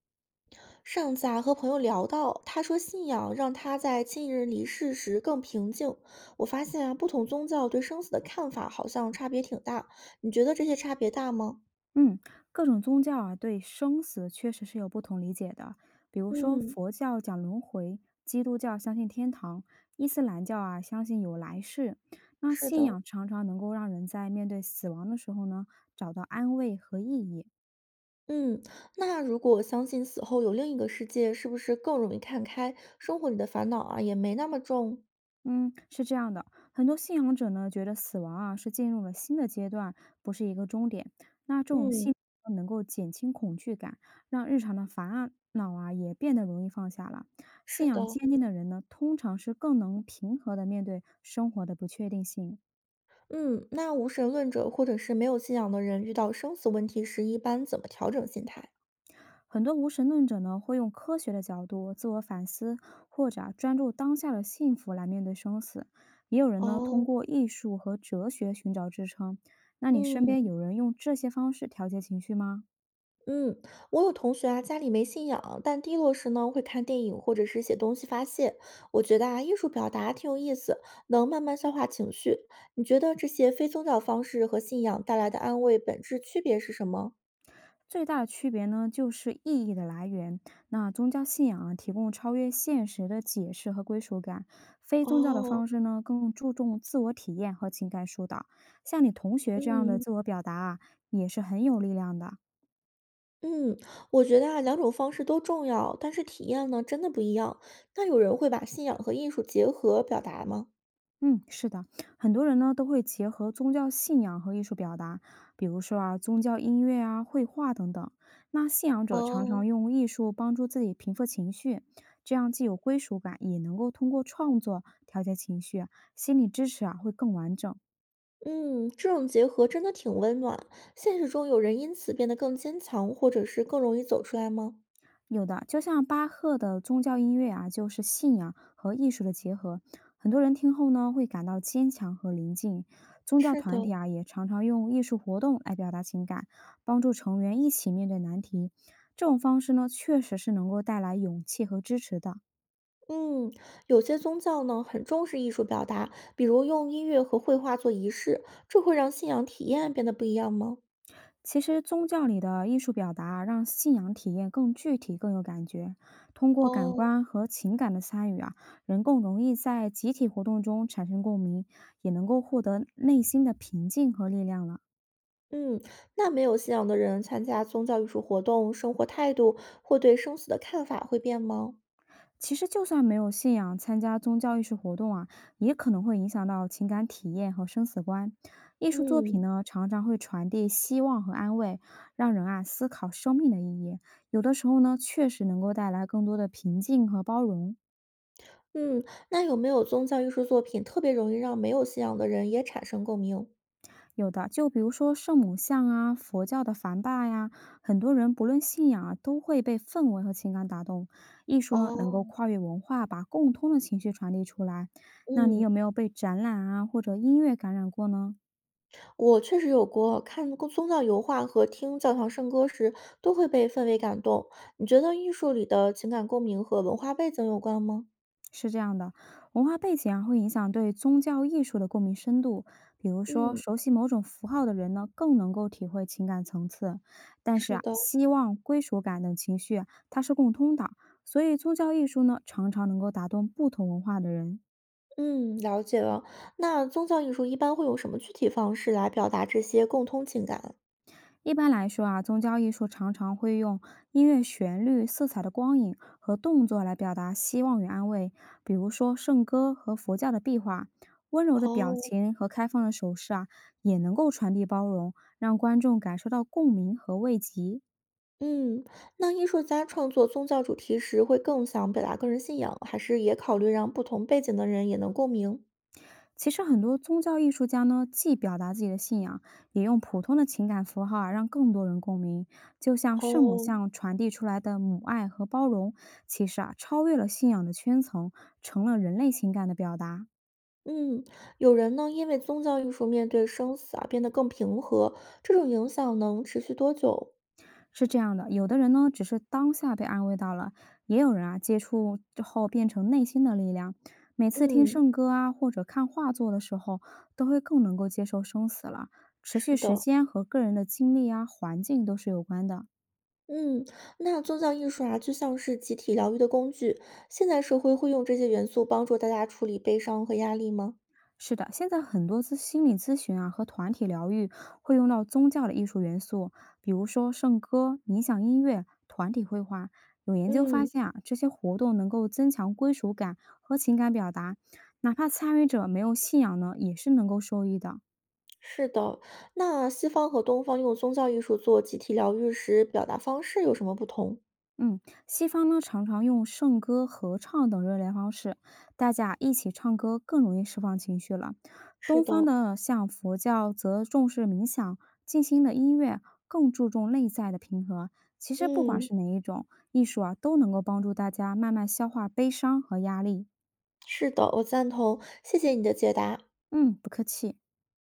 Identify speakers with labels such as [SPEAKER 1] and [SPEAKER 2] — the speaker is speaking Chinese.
[SPEAKER 1] 上次啊，和朋友聊到，他说信仰让他在亲人离世时更平静。我发现啊，不同宗教对生死的看法好像差别挺大。你觉得这些差别大吗？
[SPEAKER 2] 嗯，各种宗教啊，对生死确实是有不同理解的。比如说，
[SPEAKER 1] 嗯，
[SPEAKER 2] 佛教讲轮回，基督教相信天堂，伊斯兰教啊相信有来世。那
[SPEAKER 1] 是
[SPEAKER 2] 信
[SPEAKER 1] 的。
[SPEAKER 2] 仰常常能够让人在面对死亡的时候呢，找到安慰和意义。
[SPEAKER 1] 嗯，那如果相信死后有另一个世界，是不是更容易看开，生活里的烦恼啊也没那么重？
[SPEAKER 2] 嗯，是这样的，很多信仰者呢觉得死亡啊是进入了新的阶段，不是一个终点。那这种信
[SPEAKER 1] 嗯，
[SPEAKER 2] 仰能够减轻恐惧感，让日常的烦恼啊也变得容易放下了。
[SPEAKER 1] 是
[SPEAKER 2] 信仰
[SPEAKER 1] 的。
[SPEAKER 2] 坚定的人呢，通常是更能平和的面对生活的不确定性。
[SPEAKER 1] 嗯，那无神论者或者是没有信仰的人遇到生死问题时，一般怎么调整心态？
[SPEAKER 2] 很多无神论者呢，会用科学的角度自我反思，或者啊专注当下的幸福来面对生死。也有人呢，通
[SPEAKER 1] 哦，
[SPEAKER 2] 过艺术和哲学寻找支撑。那你身边
[SPEAKER 1] 嗯。
[SPEAKER 2] 有人用这些方式调节情绪吗？
[SPEAKER 1] 嗯，我有同学啊，家里没信仰，但低落时呢，会看电影或者是写东西发泄。我觉得啊，艺术表达挺有意思，能慢慢消化情绪。你觉得这些非宗教方式和信仰带来的安慰本质区别是什么？
[SPEAKER 2] 最大的区别呢，就是意义的来源。那宗教信仰啊，提供超越现实的解释和归属感；非宗教的
[SPEAKER 1] 哦，
[SPEAKER 2] 方式呢，更注重自我体验和情感疏导。像你同学这样的
[SPEAKER 1] 嗯
[SPEAKER 2] 自我表达啊，也是很有力量的。
[SPEAKER 1] 嗯，我觉得啊，两种方式都重要，但是体验呢，真的不一样。那有人会把信仰和艺术结合表达吗？
[SPEAKER 2] 嗯，是的，很多人呢都会结合宗教信仰和艺术表达，比如说啊，宗教音乐啊、绘画等等。那信仰者常常
[SPEAKER 1] 哦，
[SPEAKER 2] 用艺术帮助自己平复情绪，这样既有归属感，也能够通过创作调节情绪啊，心理支持啊会更完整。
[SPEAKER 1] 嗯，这种结合真的挺温暖。现实中有人因此变得更坚强，或者是更容易走出来吗？
[SPEAKER 2] 有的，就像巴赫的宗教音乐啊，就是信仰和艺术的结合。很多人听后呢，会感到坚强和宁静。宗教
[SPEAKER 1] 是的，
[SPEAKER 2] 团体啊，也常常用艺术活动来表达情感，帮助成员一起面对难题。这种方式呢，确实是能够带来勇气和支持的。
[SPEAKER 1] 嗯，有些宗教呢很重视艺术表达，比如用音乐和绘画做仪式，这会让信仰体验变得不一样吗？
[SPEAKER 2] 其实宗教里的艺术表达让信仰体验更具体、更有感觉。通过感
[SPEAKER 1] 哦，
[SPEAKER 2] 官和情感的参与啊，人更容易在集体活动中产生共鸣，也能够获得内心的平静和力量了。
[SPEAKER 1] 嗯，那没有信仰的人参加宗教艺术活动，生活态度或对生死的看法会变吗？
[SPEAKER 2] 其实，就算没有信仰，参加宗教艺术活动啊，也可能会影响到情感体验和生死观。艺术作品
[SPEAKER 1] 嗯
[SPEAKER 2] 呢，常常会传递希望和安慰，让人啊思考生命的意义。有的时候呢，确实能够带来更多的平静和包容。
[SPEAKER 1] 嗯，那有没有宗教艺术作品特别容易让没有信仰的人也产生共鸣？
[SPEAKER 2] 有的，就比如说圣母像啊，佛教的梵巴呀，很多人不论信仰啊，都会被氛围和情感打动。艺术呢，能够
[SPEAKER 1] 哦，
[SPEAKER 2] 跨越文化，把共通的情绪传递出来。那你
[SPEAKER 1] 嗯，
[SPEAKER 2] 有没有被展览啊或者音乐感染过呢？
[SPEAKER 1] 我确实有过，看过宗教油画和听教堂圣歌时，都会被氛围感动。你觉得艺术里的情感共鸣和文化背景有关吗？
[SPEAKER 2] 是这样的，文化背景啊会影响对宗教艺术的共鸣深度。比如说，
[SPEAKER 1] 嗯，
[SPEAKER 2] 熟悉某种符号的人呢，更能够体会情感层次。但是
[SPEAKER 1] 是
[SPEAKER 2] 啊，
[SPEAKER 1] 的，
[SPEAKER 2] 希望、归属感等情绪啊它是共通的，所以宗教艺术呢，常常能够打动不同文化的人。
[SPEAKER 1] 嗯，了解了。那宗教艺术一般会用什么具体方式来表达这些共通情感？
[SPEAKER 2] 一般来说啊，宗教艺术常常会用音乐旋律、色彩的光影和动作来表达希望与安慰，比如说圣歌和佛教的壁画。温柔的表
[SPEAKER 1] 哦，
[SPEAKER 2] 情和开放的手势啊，也能够传递包容，让观众感受到共鸣和慰藉。
[SPEAKER 1] 嗯，那艺术家创作宗教主题时，会更想表达个人信仰，还是也考虑让不同背景的人也能共鸣？
[SPEAKER 2] 其实很多宗教艺术家呢，既表达自己的信仰，也用普通的情感符号啊，让更多人共鸣。就像圣母
[SPEAKER 1] 哦，
[SPEAKER 2] 像传递出来的母爱和包容，其实啊，超越了信仰的圈层，成了人类情感的表达。
[SPEAKER 1] 嗯，有人呢，因为宗教艺术面对生死而变得更平和，这种影响能持续多久？
[SPEAKER 2] 是这样的，有的人呢，只是当下被安慰到了，也有人啊，接触之后变成内心的力量。每次听
[SPEAKER 1] 嗯，
[SPEAKER 2] 圣歌啊，或者看画作的时候，都会更能够接受生死了。持续
[SPEAKER 1] 是
[SPEAKER 2] 时
[SPEAKER 1] 的，
[SPEAKER 2] 间和个人的经历啊、环境都是有关的。
[SPEAKER 1] 嗯，那宗教艺术啊，就像是集体疗愈的工具，现代社会会用这些元素帮助大家处理悲伤和压力吗？
[SPEAKER 2] 是的，现在很多心理咨询啊和团体疗愈会用到宗教的艺术元素，比如说圣歌、冥想音乐、团体绘画。有研究发
[SPEAKER 1] 嗯，
[SPEAKER 2] 现啊，这些活动能够增强归属感和情感表达，哪怕参与者没有信仰呢，也是能够受益的。
[SPEAKER 1] 是的，那西方和东方用宗教艺术做集体疗愈时，表达方式有什么不同？
[SPEAKER 2] 嗯，西方呢常常用圣歌、合唱等热烈方式，大家一起唱歌更容易释放情绪了。
[SPEAKER 1] 是
[SPEAKER 2] 东
[SPEAKER 1] 的，
[SPEAKER 2] 方的像佛教则重视冥想，静心的音乐更注重内在的平和。其实不管
[SPEAKER 1] 嗯，
[SPEAKER 2] 是哪一种艺术啊，都能够帮助大家慢慢消化悲伤和压力。
[SPEAKER 1] 是的，我赞同，谢谢你的解答。
[SPEAKER 2] 嗯，不客气。